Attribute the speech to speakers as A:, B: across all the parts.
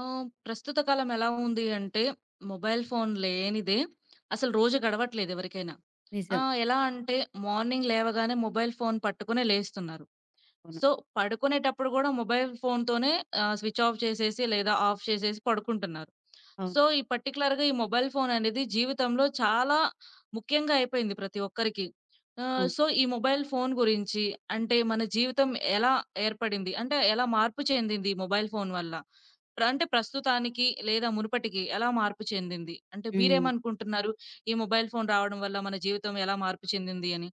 A: ప్రస్తుత కాలం ఎలా ఉంది అంటే, మొబైల్ ఫోన్ లేనిదే అసలు రోజు గడవట్లేదు ఎవరికైనా.
B: నిజం.
A: ఎలా అంటే మార్నింగ్ లేవగానే మొబైల్ ఫోన్ పట్టుకునే లేస్తున్నారు.
B: అవును.
A: సో, పడుకునేటప్పుడు గూడా మొబైల్ ఫోన్‌తోనే స్విచ్ ఆఫ్ చేసేసి లేదా ఆఫ్ చేసేసి పడుకుంటున్నారు.
B: అవును.
A: సో, ఈ పర్టిక్యులర్‌గా ఈ మొబైల్ ఫోన్ అనేది జీవితంలో చాలా ముఖ్యంగా అయిపోయింది ప్రతి ఒక్కరికి.
B: అవును.
A: సో, ఈ మొబైల్ ఫోన్ గురించి అంటే మన జీవితం ఎలా ఏర్పడింది? అంటే ఎలా మార్పు చెందింది ఈ మొబైల్ ఫోన్ వల్ల? అంటే ప్రస్తుతానికి లేదా మునుపటికి ఎలా మార్పు చెందింది? అంటే
B: హ్మ్.
A: మీరేమనుకుంటున్నారు? ఈ మొబైల్ ఫోన్ రావడం వల్ల మన జీవితం ఎలా మార్పు చెందింది అని?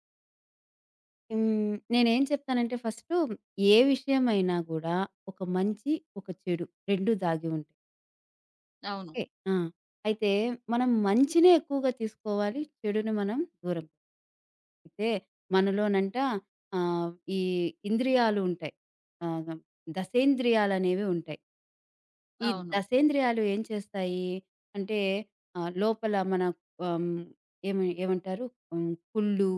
B: హ్మ్. నేనేం చెప్తానంటే ఫస్టు ఏ విషయమైనా గూడా ఒక మంచి, ఒక చెడు 2 దాగి ఉంటాయి.
A: అవును.
B: ఓకే. ఆ! అయితే మనం మంచినే ఎక్కువగా తీసుకోవాలి. చెడుని మనం దూరం పెట్టాలి. అయితే మనలోనంట ఆహ్, ఈ ఇంద్రియాలు ఉంటాయి. ఆహ్, దశేంద్రియాలనేవి ఉంటాయి. ఈ
A: అవును.
B: దశేంద్రియాలు ఏం చేస్తాయి అంటే లోపల మన ఆహ్, ఏమ ఏమంటారు? హ్మ్. కుళ్ళు,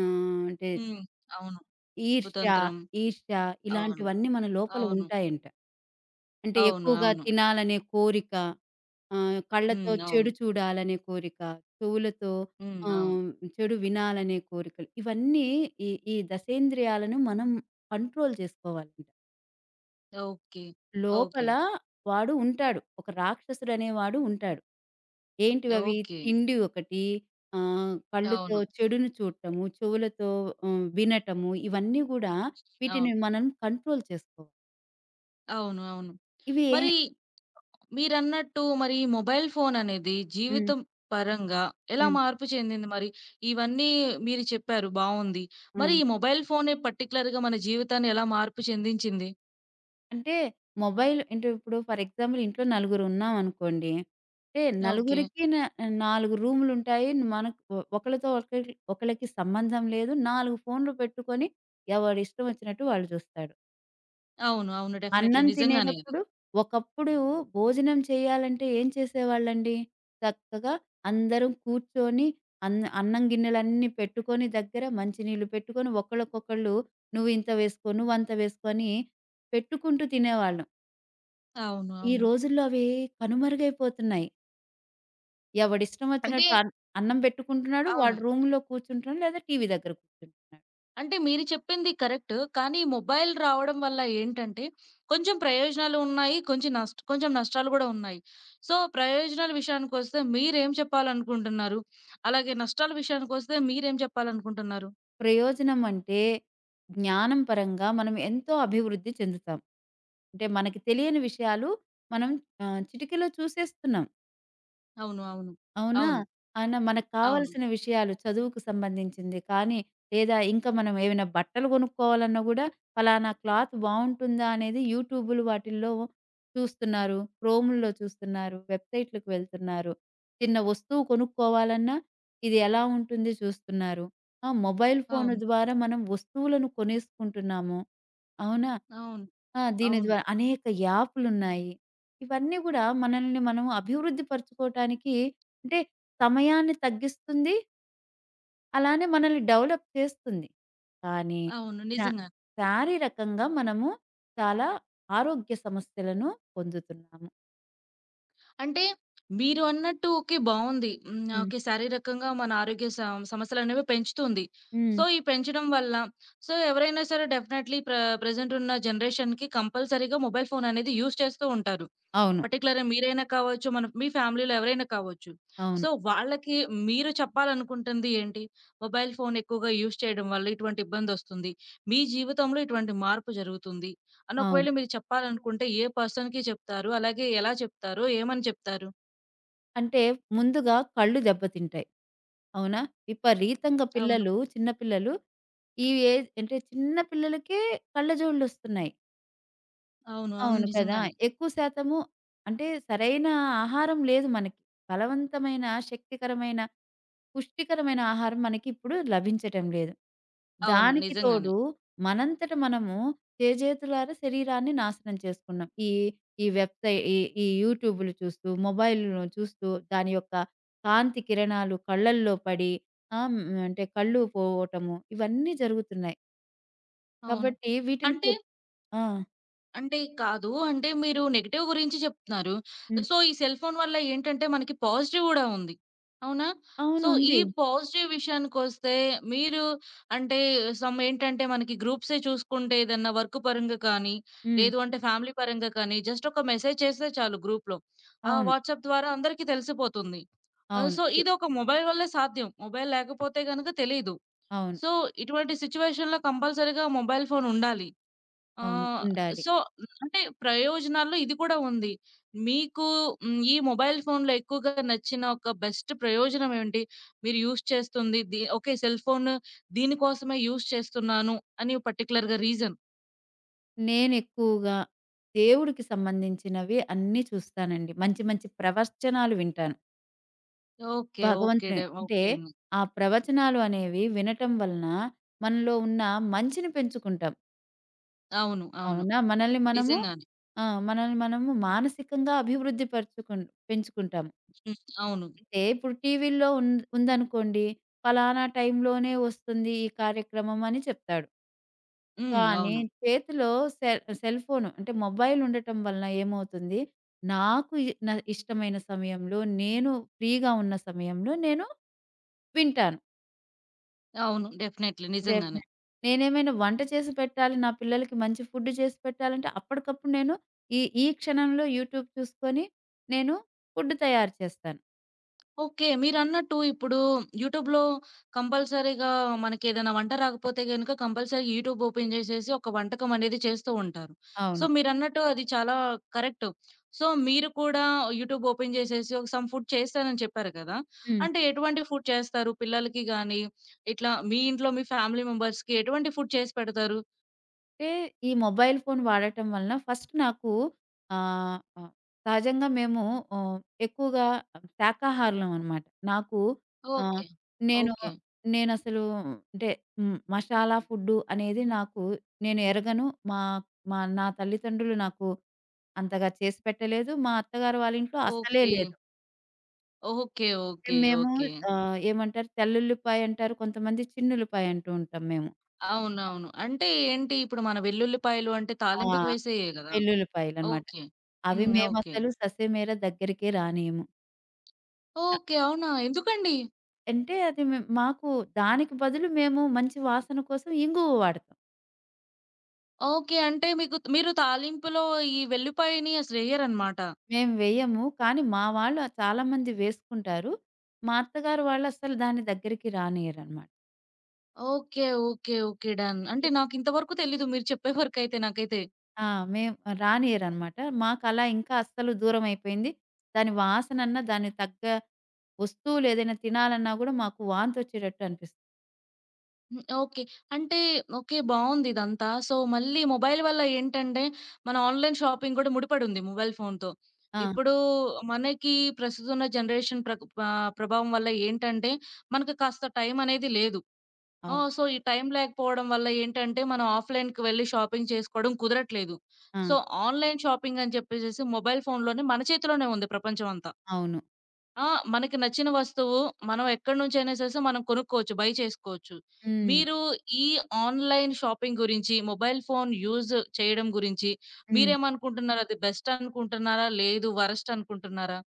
B: అంటే
A: హ్మ్. అవును.
B: ఈర్ష్య,
A: కుతంత్రం.
B: ఈర్ష్య
A: అవును.
B: ఇలాంటివన్నీ మన లోపల
A: అవును.
B: ఉంటాయంట. అంటే
A: అవును.
B: ఎక్కువగా
A: అవును.
B: తినాలనే కోరిక, కళ్ళతో
A: హ్మ్. అవును.
B: చెడు చూడాలనే కోరిక, చెవులతో
A: హ్మ్. అవును.
B: ఆహ్, చెడు వినాలనే కోరికలు. ఇవన్నీ ఈ ఈ దశేంద్రియాలను మనం కంట్రోల్ చేసుకోవాలంట.
A: ఓకే. ఓకే.
B: లోపల వాడు ఉంటాడు. ఒక రాక్షసుడనేవాడు ఉంటాడు. ఏంటివవి?
A: ఓకే.
B: తిండి ఒకటి, కళ్ళుతో
A: అవును.
B: చెడును చూడటము, చెవులతో వినటము. ఇవన్నీ గూడా,
A: అవును.
B: వీటిని మనం కంట్రోల్ చేసుకోవాలి.
A: అవును. అవును.
B: ఇవి ఏ
A: మరి మీరన్నట్టు మరి మొబైల్ ఫోన్ అనేది
B: హ్మ్.
A: జీవితం పరంగా ఎలా
B: హ్మ్.
A: మార్పు చెందింది మరి? ఇవన్నీ మీరు చెప్పారు బావుంది.
B: ఆ!
A: మరి ఈ మొబైల్ ఫోనే పర్టిక్యులర్‌గా మన జీవితాన్ని ఎలా మార్పు చెందించింది?
B: అంటే మొబైల్ అంటే ఇప్పుడు ఫర్ ఎగ్జాంపుల్ ఇంట్లో నలుగురున్నామనుకోండి. అంటే
A: ఓకే.
B: నలుగురికి 4 రూములుంటాయి. మనకు ఒకళ్ళతో ఒకళ్ళకి ఒకళ్ళకి సంబంధం లేదు. 4 ఫోన్‌లు పెట్టుకొని ఎవడిష్టం వచ్చినట్టు వాళ్ళు చూస్తాడు.
A: అవును. అవును. డెఫినైట్‌లీ
B: అన్నం
A: నిజంగానే అది.
B: తినేటప్పుడు, ఒకప్పుడు భోజనం చేయాలంటే ఏం చేసేవాళ్ళండి? చక్కగా అందరం కూర్చొని, అన్నం గిన్నెలన్నీ పెట్టుకొని, దగ్గర మంచినీళ్ళు పెట్టుకొని, ఒకళ్ళకొకళ్ళు నువ్వింత వేసుకో, నువ్వంత వేసుకో అని పెట్టుకుంటూ తినేవాళ్ళం.
A: అవును.
B: ఈ
A: అవును.
B: రోజుల్లో అవి కనుమరుగైపోతున్నాయి. ఎవడిష్టం
A: అంటే
B: వచ్చినట్టు అన్నం పెట్టుకుంటున్నాడు.
A: అవును.
B: వాడు రూమ్‌లో కూర్చుంటున్నాడు, లేదా టీవీ దగ్గర కూర్చుంటున్నాడు.
A: అంటే మీరు చెప్పింది కరెక్ట్. కానీ మొబైల్ రావడం వల్ల ఏంటంటే, కొంచెం ప్రయోజనాలు ఉన్నాయి. కొంచెం నష్టాలు గూడా ఉన్నాయి. సో, ప్రయోజనాల విషయానికొస్తే మీరేం చెప్పాలనుకుంటున్నారు? అలాగే నష్టాల విషయానికొస్తే మీరేం చెప్పాలనుకుంటున్నారు?
B: ప్రయోజనం అంటే, జ్ఞానం పరంగా మనం ఎంతో అభివృద్ధి చెందుతాం. అంటే మనకి తెలియని విషయాలు మనం చిటికలో చూసేస్తున్నాం.
A: అవును. అవును.
B: అవునా?
A: అవును.
B: ఆయన మనకు
A: అవును.
B: కావాల్సిన విషయాలు, చదువుకు సంబంధించింది కానీ, లేదా ఇంకా మనం ఏమైనా బట్టలు కొనుక్కోవాలన్నా గూడా, ఫలానా క్లాత్ బావుంటుందా అనేది యూట్యూబులు వాటిల్లో చూస్తున్నారు. క్రోముల్లో చూస్తున్నారు. వెబ్‌సైట్‌లకు వెళ్తున్నారు. చిన్న వస్తువు కొనుక్కోవాలన్నా, ఇది ఎలా ఉంటుంది చూస్తున్నారు. ఆ! మొబైల్ ఫోను
A: అవును.
B: ద్వారా మనం వస్తువులను కొనేసుకుంటున్నాము. అవునా? ఆ! దీని
A: అవును.
B: ద్వారా అనేక యాపులున్నాయి. ఇవన్నీ గూడా మనల్ని మనం అభివృద్ధి పరుచుకోవటానికి, అంటే సమయాన్ని తగ్గిస్తుంది. అలానే మనల్ని డెవలప్ చేస్తుంది. కానీ
A: అవును.
B: శా
A: నిజంగానే.
B: శారీరకంగా మనము చాలా ఆరోగ్య సమస్యలను పొందుతున్నాము.
A: అంటే మీరు అన్నట్టు ఓకే. బావుంది. హ్మ్.
B: హ్మ్.
A: ఓకే. శారీరకంగా మన ఆరోగ్య సమస్యలనేవి పెంచుతుంది.
B: హ్మ్.
A: సో, ఈ పెంచడం వల్ల సో, ఎవరైనా సరే డెఫినైట్‌లీ ప్రెజెంట్ ఉన్న జనరేషన్‌కి కంపల్సరీగా మొబైల్ ఫోన్ అనేది యూజ్ చేస్తూ ఉంటారు.
B: అవును.
A: పర్టిక్యులర్‌గా మీరైనా కావచ్చు, మీ ఫ్యామిలీలో ఎవరైనా కావచ్చు.
B: అవును.
A: సో, వాళ్ళకి మీరు చెప్పాలనుకుంటుంది ఏంటి? మొబైల్ ఫోన్ ఎక్కువగా యూజ్ చేయడం వల్ల ఇటువంటి ఇబ్బందొస్తుంది. మీ జీవితంలో ఇటువంటి మార్పు జరుగుతుంది. అని
B: అవును.
A: ఒకవేళ మీరు చెప్పాలనుకుంటే ఏ పర్సన్‌కి చెప్తారు? అలాగే ఎలా చెప్తారు? ఏమని చెప్తారు?
B: అంటే ముందుగా కళ్ళు దెబ్బతింటాయి. అవునా? విపరీతంగా
A: అవును.
B: పిల్లలు, చిన్న పిల్లలు, ఈ ఏజ్ అంటే చిన్న పిల్లలకే కళ్ళజోళ్ళొస్తున్నాయి.
A: అవును. అవును.
B: అవును కదా!
A: నిజంగానే.
B: ఎక్కువ శాతము అంటే సరైన ఆహారం లేదు మనకి. బలవంతమైన, శక్తికరమైన, పుష్టికరమైన ఆహారం మనకిప్పుడు లభించటం లేదు.
A: అవును.
B: దానికి
A: నిజంగానే.
B: తోడు మనంతట మనము చేజేతులారా శరీరాన్ని నాశనం చేసుకున్నాం. ఈ ఈ వెబ్‌సై ఈ ఈ యూట్యూబులు చూస్తూ, మొబైల్‌ను చూస్తూ, దాని యొక్క కాంతి కిరణాలు కళ్ళల్లో పడి, ఆహ్, హ్మ్. అంటే కళ్ళు పోవటము, ఇవన్నీ జరుగుతున్నాయి.
A: అవును.
B: కాబట్టి వీటిని
A: అంటే
B: ఆ!
A: అంటే కాదు. అంటే మీరు నెగెటివ్ గురించి చెప్తున్నారు.
B: హ్మ్.
A: సో, ఈ సెల్ ఫోన్ వల్ల ఏంటంటే మనకి పాజిటివ్ గూడా ఉంది. అవునా?
B: అవును.
A: సో, ఈ
B: ఉంది.
A: పాజిటివ్ విషయానికొస్తే మీరు అంటే సమ్ ఏంటంటే మనకి గ్రూప్సే చూసుకుంటే ఏదన్నా వర్క్ పరంగా కానీ,
B: హ్మ్.
A: లేదు అంటే ఫ్యామిలీ పరంగా కానీ జస్ట్ ఒక మెసేజ్ చేస్తే చాలు గ్రూప్‌లో. ఆ
B: అవును.
A: వాట్సాప్ ద్వారా అందరికీ తెలిసిపోతుంది.
B: అవును.
A: సో,
B: తె,
A: ఇదొక మొబైల్ వల్లే సాధ్యం. మొబైల్ లేకపోతే గనుక తెలీదు.
B: అవును.
A: సో, ఇటువంటి సిట్యుయేషన్‌లో కంపల్సరీగా మొబైల్ ఫోన్ ఉండాలి. ఆ!
B: అవును. ఉండాలి.
A: సో, అంటే ప్రయోజనాల్లో ఇది కూడా ఉంది. మీకు హ్మ్, ఈ మొబైల్ ఫోన్‌లో ఎక్కువగా నచ్చిన ఒక బెస్ట్ ప్రయోజనం ఏంటి? మీరు యూజ్ చేస్తుంది ది ఓకే. సెల్ ఫోన్ దీనికోసమే యూజ్ చేస్తున్నాను అని పర్టిక్యులర్‌గా రీజన్.
B: నేనెక్కువగా దేవుడికి సంబంధించినవి అన్నీ చూస్తానండి. మంచి మంచి ప్రవచనాలు వింటాను.
A: ఓకే. ఓకే.
B: భగవంతుని అంటే,
A: ఓకే అండి.
B: ఆ ప్రవచనాలు అనేవి వినటం వలన మనలో ఉన్న మంచిని పెంచుకుంటాం.
A: అవును. అవును.
B: అవునా? మనల్ని మనము
A: నిజంగానే.
B: ఆ! మనల్ని మనము మానసికంగా అభివృద్ధి పరుచుకుం పెంచుకుంటాము.
A: హ్మ్. అవును.
B: అయితే ఇప్పుడు టీవీల్లో ఉందనుకోండి, పలానా టైంలోనే వస్తుంది ఈ కార్యక్రమం అని చెప్తాడు.
A: హ్మ్.
B: కానీ
A: అవును.
B: చేతిలో సెల్ సెల్ ఫోను అంటే మొబైల్ ఉండటం వలన ఏమవుతుంది, నాకు ఇ నా ఇష్టమైన సమయంలో, నేను ఫ్రీగా ఉన్న సమయంలో నేను వింటాను.
A: అవును. డెఫినైట్‌లీ నిజంగానే.
B: డెఫినెట్. నేనేమైనా వంట చేసి పెట్టాలి, నా పిల్లలకి మంచి ఫుడ్ చేసి పెట్టాలంటే అప్పటికప్పుడు నేను ఈ ఈ క్షణంలో యూట్యూబ్ చూసుకొని, నేను ఫుడ్ తయారు చేస్తాను.
A: ఓకే. మీరన్నట్టు ఇప్పుడు యూట్యూబ్‌లో కంపల్సరీగా మనకేదైనా వంట రాకపోతే గనుక కంపల్సరీగా యూట్యూబ్ ఓపెన్ జేసేసి ఒక వంటకం అనేది చేస్తూ ఉంటారు. సో,
B: అవును.
A: మీరన్నట్టు అది చాలా కరెక్టు. సో, మీరు కూడా యూట్యూబ్ ఓపెన్ జేసేసి ఒక సమ్ ఫుడ్ చేస్తానని చెప్పారు కదా!
B: హ్మ్.
A: అంటే ఎటువంటి ఫుడ్ చేస్తారు? పిల్లలకి గానీ, ఇట్లా మీ ఇంట్లో మీ ఫ్యామిలీ మెంబర్స్‌కి ఎటువంటి ఫుడ్ చేసి పెడతారు?
B: అంటే ఈ మొబైల్ ఫోన్ వాడటం వలన ఫస్ట్ నాకు ఆహ్, ఆహ్, సహజంగా మేము ఆహ్, ఎక్కువగా శాకాహారులం అనమాట. నాకు ఆహ్,
A: ఓకే.
B: నేను
A: ఓకే.
B: నేనసలు, అంటే హ్మ్, మసాలా ఫుడ్డు అనేది నేను ఎరగను. మా మా నా తల్లిదండ్రులు నాకు అంతగా చేసి పెట్టలేదు. మా అత్తగారు వాళ్ళ ఇంట్లో అసలే
A: ఓకే.
B: లేదు.
A: ఓకే.
B: అంటే
A: ఓకే.
B: మేము
A: ఓకే.
B: ఏమంటారు తెల్లుల్లిపాయ అంటారు. కొంతమంది చిన్నుల్లిపాయ అంటూ ఉంటాం మేము.
A: అవునవును. అంటే ఏంటి? ఇప్పుడు మన వెల్లుల్లిపాయలు అంటే
B: ఆ!
A: తాలింపుకి వేసేయే గదా!
B: వెల్లుల్లిపాయలనమాట.
A: ఓకే.
B: అవి
A: హ్మ్. ఓకే.
B: మేమసలు ససేమిరా దగ్గరికే రానీయము. క,
A: ఓకే. అవునా? ఎందుకండి?
B: అంటే అది మాకు, దానికి బదులు మేము మంచి వాసన కోసం ఇంగువ వాడతాం.
A: ఓకే. అంటే మీకు మీరు తాలింపులో ఈ వెల్లుల్లిపాయని అసలెయ్యరనమాట.
B: మేము వేయము. కానీ మా వాళ్ళు చాలామంది వేసుకుంటారు. మా అత్తగారు వాళ్ళసలు దాని దగ్గరికి రానియ్యరనమాట.
A: ఓకే. ఓకే. ఓకే. డన్.
B: ఎ,
A: అంటే నాకింతవరకు తెలీదు. మీరు చెప్పే వరకైతే నాకైతే.
B: ఆ! మేం రానియ్యరనమాట. మాకలా ఇంకా అస్సలు దూరమైపోయింది. దాని వాసనన్నా, దాని వస్తువులేదైనా తినాలన్నా గూడా మాకు వాంతొచ్చేటట్టు అనిపిస్తుంది.
A: హ్మ్. ఓకే. అంటే ఓకే. బావుంది ఇదంతా. సో, మళ్ళీ మొబైల్ వల్ల ఏంటంటే, మన ఆన్‌లైన్ షాపింగ్ గూడా ముడిపడుంది మొబైల్ ఫోన్‌తో.
B: ఆ!
A: ఇప్పుడు మనకి ప్రస్తుతం ఉన్న జనరేషన్ ప్రభావం వల్ల ఏంటంటే, మనకు కాస్త టైం అనేది లేదు. ఆ!
B: అవును.
A: సో, ఈ టైం లేకపోవడం వల్ల ఏంటంటే, మనం ఆఫ్‌లైన్‌కి వెళ్లి షాపింగ్ చేసుకోవడం కుదరట్లేదు.
B: ఆ!
A: సో, ఆన్‌లైన్ షాపింగ్ అని చెప్పేసేసి మొబైల్ ఫోన్‌లోనే మన చేతిలోనే ఉంది ప్రపంచం అంతా.
B: అవును.
A: ఆ! మనకి నచ్చిన వస్తువు మనం ఎక్కడి నుంచైనా సరే మనం కొనుక్కోవచ్చు. బై చేసుకోవచ్చు.
B: హ్మ్.
A: మీరు ఈ ఆన్‌లైన్ షాపింగ్ గురించి, మొబైల్ ఫోన్ యూజ్ చేయడం గురించి
B: హ్మ్.
A: మీరేమనుకుంటున్నారు? అది బెస్ట్ అనుకుంటున్నారా? లేదు వరస్ట్ అనుకుంటున్నారా?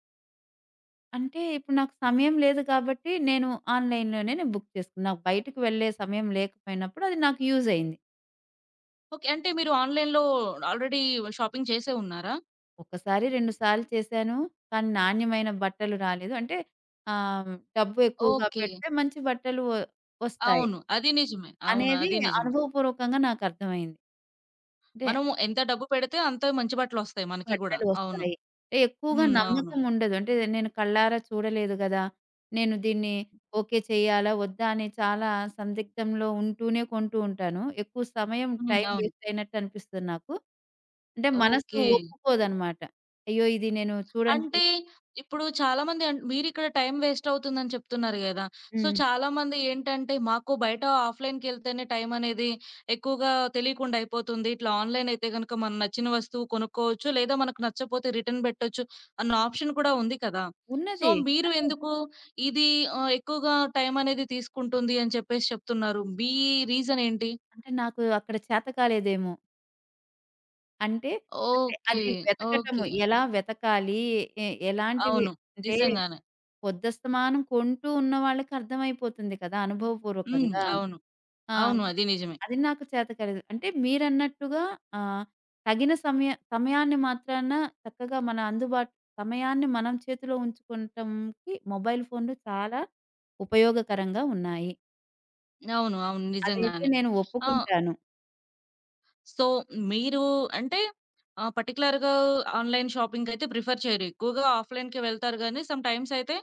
B: అంటే ఇప్పుడు నాకు సమయం లేదు కాబట్టి నేను ఆన్‌లైన్‌లోనే నేను బుక్ చేసుకున్నా. నాకు బయటకి వెళ్ళే సమయం లేకపోయినప్పుడు అది నాకు యూజ్ అయింది.
A: ఓకే. అంటే మీరు ఆన్‌లైన్‌లో ఆల్రెడీ షాపింగ్ చేసే ఉన్నారా?
B: ఒక్కసారి, 2 సార్లు చేశాను. కానీ నాణ్యమైన బట్టలు రాలేదు. అంటే ఆహ్, డబ్బు ఎక్కువగా
A: ఓకే.
B: పెడితే మంచి బట్టలు వస్తాయి
A: అవును. అది నిజమే. అవును.
B: అనేది
A: అది నిజమే.
B: అనుభవపూర్వకంగా నాకు అర్థమైంది. అంటే
A: మనం ఎంత డబ్బు పెడితే అంత మంచి బట్టలొస్తాయి మనకి గూడా.
B: బట్టలు
A: అవును.
B: వస్తాయి. అంటే ఎక్కువగా
A: హ్మ్. అవును.
B: నమ్మకం ఉండదు. అంటే నేను కళ్ళారా చూడలేదు గదా! నేను దీన్ని ఓకే చేయాలా? వద్దా? అని చాలా సందిగ్ధంలో ఉంటూనే కొంటూ ఉంటాను. ఎక్కువ సమయం
A: హ్మ్.
B: టైం
A: అవును.
B: వేస్ట్ అయినట్టు అనిపిస్తుంది నాకు. అంటే మనసు
A: ఓకే.
B: ఒప్పుకోదనమాట. అయ్యో! ఇది నేను చూడండి.
A: అంటే ఇప్పుడు చాలామంది మీరిక్కడ టైం వేస్ట్ అవుతుందని చెప్తున్నారు గదా! సో,
B: హ్మ్.
A: చాలామంది ఏంటంటే, మాకు బయట ఆఫ్‌లైన్‌కెళ్తేనే టైం అనేది ఎక్కువగా తెలియకుండా అయిపోతుంది. ఇట్లా ఆన్‌లైన్ అయితే గనుక మనం నచ్చిన వస్తువు కొనుక్కోవచ్చు. లేదా మనకు నచ్చపోతే రిటర్న్ పెట్టొచ్చు అన్న ఆప్షన్ కూడా ఉంది కదా! సో,
B: ఉన్నది.
A: మీరు
B: అదే,
A: ఎందుకు ఇది ఎక్కువగా టైం అనేది తీసుకుంటుంది అని చెప్పేసి చెప్తున్నారు. మీ రీజన్ ఏంటి?
B: అంటే నాకు అక్కడ చేత కాలేదేమో. అంటే, అంటే
A: ఓకే.
B: అది వెతకటము
A: ఓకే.
B: ఎలా వెతకాలి? ఎ ఎలాంటివి,
A: అవును.
B: అంటే
A: నిజంగానే.
B: పొద్దస్తమానం కొంటూ ఉన్న వాళ్ళకి అర్థమైపోతుంది కదా!
A: హ్మ్.
B: అనుభవపూర్వకంగా.
A: అవును.
B: ఆ!
A: అవును. అది నిజమే.
B: అది నాకు చేత కాలేదు. అంటే మీరన్నట్టుగా ఆహ్, తగిన సమయ సమయాన్ని మాత్రాన చక్కగా మన అందుబాటు సమయాన్ని మనం చేతిలో ఉంచుకుంటంకి మొబైల్ ఫోన్‌లు చాలా ఉపయోగకరంగా ఉన్నాయి.
A: అవును. అవును.
B: అదైతే
A: నిజంగానే.
B: నేను
A: ఆ!
B: ఒప్పుకుంటాను.
A: సో, మీరు అంటే పర్టిక్యులర్‌గా ఆన్‌లైన్ షాపింగ్‌కయితే ప్రిఫర్ చేయరు. ఎక్కువగా ఆఫ్‌లైన్‌కే వెళ్తారు గానీ, సమ్ టైమ్స్ అయితే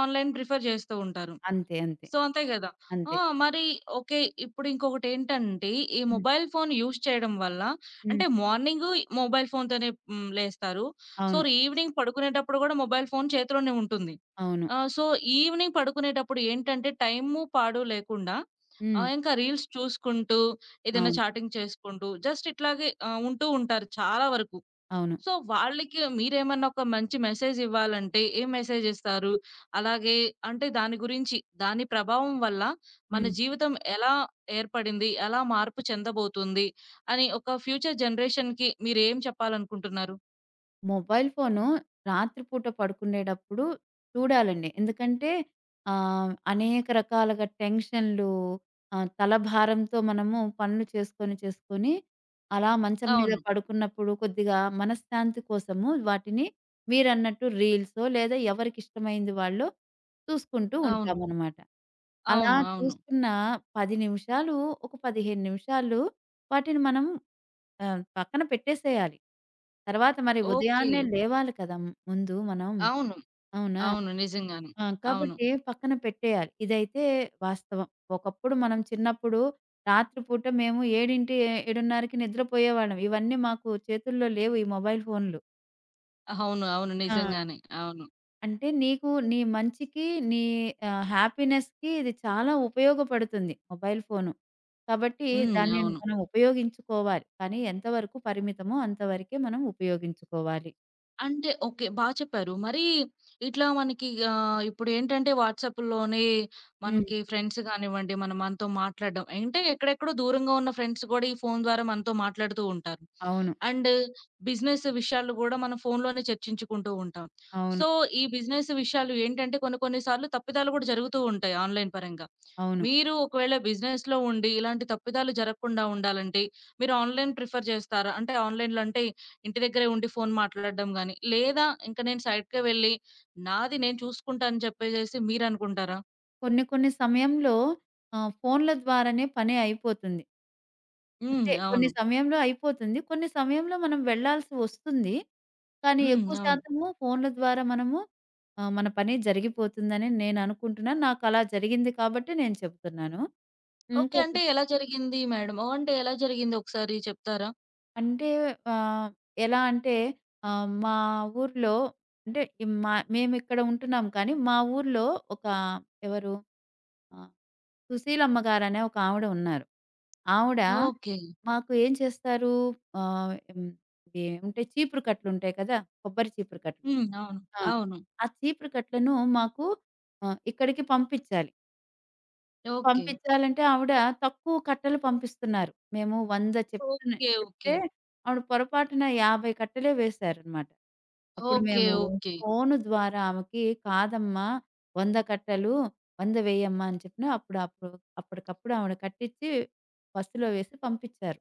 A: ఆన్‌లైన్ ప్రిఫర్ జేస్తూ ఉంటారు.
B: అంతే. అంతే.
A: సో, అంతే గదా! ఆ!
B: అంతే.
A: మరి ఓకే. ఇప్పుడు ఇంకొకటేంటంటే, ఈ
B: హ్మ్.
A: మొబైల్ ఫోన్ యూజ్ చేయడం వల్ల
B: హ్మ్.
A: అంటే, మార్నింగు మొబైల్ ఫోన్‌తోనే హ్మ్, లేస్తారు. సో,
B: అవును.
A: ఈవినింగ్ పడుకునేటప్పుడు గూడా మొబైల్ ఫోన్ చేతిలోనే ఉంటుంది.
B: అవును.
A: సో, ఈవినింగ్ పడుకునేటప్పుడు ఏంటంటే, టైము, పాడు లేకుండా
B: హ్మ్.
A: ఇంకా రీల్స్ చూసుకుంటూ, ఏదైనా
B: అవును.
A: చాటింగ్ చేసుకుంటూ, జస్ట్ ఇట్లాగే ఉంటూ ఉంటారు చాలా వరకు.
B: అవును.
A: సో, వాళ్ళకి మీరేమన్నా ఒక మంచి మెసేజ్ ఇవ్వాలంటే ఏం మెసేజ్ ఇస్తారు? అలాగే అంటే దాని గురించి, దాని ప్రభావం వల్ల మన
B: హ్మ్.
A: జీవితం ఎలా ఏర్పడింది? ఎలా మార్పు చెందబోతుంది? అని ఒక ఫ్యూచర్ జనరేషన్‌కి మీరేం చెప్పాలనుకుంటున్నారు?
B: మొబైల్ ఫోను రాత్రిపూట పడుకునేటప్పుడు చూడాలండి. ఎందుకంటే అనేక రకాలుగా టెన్షన్‌లు, తలభారంతో మనము పనులు చేసుకొని అలా మంచం మీద
A: అవును.
B: పడుకున్నప్పుడు కొద్దిగా మనశ్శాంతి కోసము వాటిని, మీరన్నట్టు రీల్సో లేదా ఎవరికిష్టమైంది వాళ్ళు చూసుకుంటూ
A: అవును.
B: ఉంటామనమాట. అలా
A: అవును.
B: ఓకే,
A: అవును.
B: చూసుకున్న 10 నిమిషాలు, ఒక 15 నిమిషాలు వాటిని మనం ఆ! పక్కన పెట్టేసేయాలి. తర్వాత మరి
A: ఓకే.
B: ఉదయాన్నే లేవాలి కదా ముందు మనం!
A: అవును.
B: అవునా?
A: అవును. నిజంగానే.
B: ఆ!
A: అవును.
B: కాబట్టి పక్కన పెట్టేయాలి. ఇదైతే వాస్తవం. ఒకప్పుడు మనం చిన్నప్పుడు రాత్రిపూట మేము 7:00, 7:30కి నిద్రపోయేవాళ్ళం. ఇవన్నీ మాకు చేతుల్లో లేవు, ఈ మొబైల్ ఫోన్‌లు.
A: అవును. అవును.
B: ఆ!
A: నిజంగానే. అవును.
B: అంటే నీకు, నీ మంచికి, నీ హ్యాపీనెస్‌కి ఇది చాలా ఉపయోగపడుతుంది మొబైల్ ఫోను. కాబట్టి
A: హ్మ్.
B: దాన్ని
A: అవును.
B: మనం ఉపయోగించుకోవాలి. కానీ ఎంతవరకు పరిమితమో అంతవరకే మనం ఉపయోగించుకోవాలి.
A: అంటే ఓకే. బా చెప్పారు. మరి ఇట్లా మనకి ఇప్పుడేంటంటే వాట్సాప్‌లోనే
B: హ్మ్.
A: మనకి ఫ్రెండ్స్ గానివ్వండి, మనం మనతో మాట్లాడడం అంటే ఎక్కడెక్కడో దూరంగా ఉన్న ఫ్రెండ్స్ గూడా ఈ ఫోను ద్వారా మనతో మాట్లాడుతూ ఉంటారు.
B: అవును.
A: అండ్ బిజినెస్ విషయాలు గూడా మనం ఫోనులోనే చర్చించుకుంటూ ఉంటాం. సో,
B: అవును.
A: ఈ బిజినెస్ విషయాలు ఏంటంటే కొన్ని కొన్ని సార్లు తప్పిదాలు గూడా జరుగుతూ ఉంటాయి ఆన్‌లైన్ పరంగా.
B: అవును.
A: మీరు ఒకవేళ బిజినెస్‌లో ఉండి ఇలాంటి తప్పిదాలు జరగకుండా ఉండాలంటే మీరు ఆన్‌లైన్ ప్రిఫర్ జేస్తారా? అంటే ఆన్‌లైన్‌లో అంటే ఇంటి దగ్గరే ఉండి ఫోను మాట్లాడడం గాని, లేదా ఇంక నేను సైడ్‌కే వెళ్ళి నాది నేను చూసుకుంటా అని చెప్పేసేసి మీరనుకుంటారా?
B: కొన్ని కొన్ని సమయంలో ఫోన్‌ల ద్వారానే పని అయిపోతుంది.
A: హ్మ్.
B: అంటే కొన్ని
A: అవును.
B: సమయంలో అయిపోతుంది. కొన్ని సమయంలో మనం వెళ్ళాల్సి వస్తుంది. కానీ
A: హ్మ్.
B: ఎక్కువ
A: అవును.
B: శాతము ఫోన్‌ల ద్వారా మనము మన పని జరిగిపోతుందని నేను అనుకుంటున్నాను. నాకలా జరిగింది కాబట్టి నేను చెప్తున్నాను.
A: ఓకే.
B: ఇంకొక,
A: అంటే ఎలా జరిగింది మేడం? ఓహ్! అంటే ఎలా జరిగింది ఒకసారి చెప్తారా?
B: అంటే ఆహ్, ఎలా అంటే మా ఊర్లో, అంటే మేమిక్కడ ఉంటున్నాం కానీ మా ఊర్లో ఒక ఎవరు ఆ! సుశీలమ్మ గారనే ఒక ఆవిడ ఉన్నారు. ఆవిడ హ్మ్.
A: ఓకే.
B: మాకు ఏం చేస్తారు ఆహ్, హ్మ్. ఏముంటాయి, చీపురు కట్టలుంటాయి కదా! కొబ్బరి చీపురు కట్టలు.
A: హ్మ్. అవును.
B: ఆ!
A: అవును.
B: ఆ చీపురు కట్టలను మాకు ఇక్కడికి పంపించాలి.
A: ఓకే.
B: పంపించాలంటే ఆవిడ తక్కువ కట్టలు పంపిస్తున్నారు. మేము 100 చెప్తున్నా
A: ఓకే. ఓకే.
B: చెప్తే ఆవిడ పొరపాటున 50 కట్టలే వేశారనమాట. అప్పుడు
A: ఓకే.
B: మేము
A: ఓకే.
B: ఫోను ద్వారా ఆమెకి కాదమ్మా, 100 కట్టలు, 100 వేయమ్మా అని చెప్పిన అప్పుడు, అప్పటికప్పుడు ఆవిడ కట్టించి బస్సులో వేసి పంపించారు.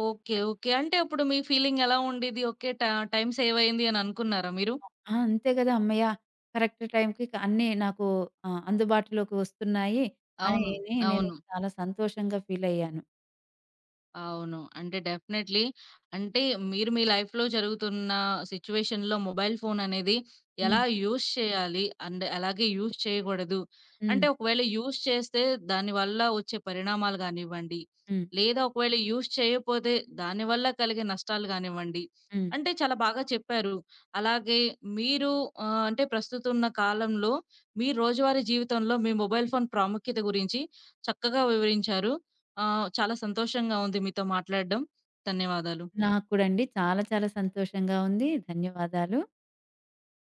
A: ఓకే. ఓకే. అంటే అప్పుడు మీ ఫీలింగ్ ఎలా ఉండేది? ఓకే. టైమ్ సేవ్ అయింది అని అనుకున్నారా మీరు?
B: ఆ! అంతే కదా! హమ్మయ్య! కరెక్ట్ టైంకి అన్నీ నాకు అందుబాటులోకి వస్తున్నాయి అని
A: అవును.
B: నేను
A: అవును.
B: చాలా సంతోషంగా ఫీల్ అయ్యాను.
A: అవును. అంటే డెఫినైట్‌లీ. అంటే మీరు మీ లైఫ్‌లో జరుగుతున్న సిట్యుయేషన్‌లో మొబైల్ ఫోన్ అనేది
B: హ్మ్.
A: ఎలా యూజ్ చేయాలి? అండ్ అలాగే యూజ్ చేయగూడదు.
B: హ్మ్.
A: అంటే ఒకవేళ యూజ్ చేస్తే దానివల్ల వచ్చే పరిణామాలు గానివ్వండి,
B: హ్మ్.
A: లేదా ఒకవేళ యూజ్ చేయకపోతే దానివల్ల కలిగే నష్టాలు గానివ్వండి,
B: హ్మ్.
A: అంటే చాలా బాగా చెప్పారు. అలాగే మీరు అంటే ప్రస్తుతం ఉన్న కాలంలో మీ రోజువారీ జీవితంలో మీ మొబైల్ ఫోన్ ప్రాముఖ్యత గురించి చక్కగా వివరించారు. ఆ! చాలా సంతోషంగా ఉంది మీతో మాట్లాడడం. ధన్యవాదాలు.
B: నాకు కూడా అండి. చాలా చాలా సంతోషంగా ఉంది. ధన్యవాదాలు.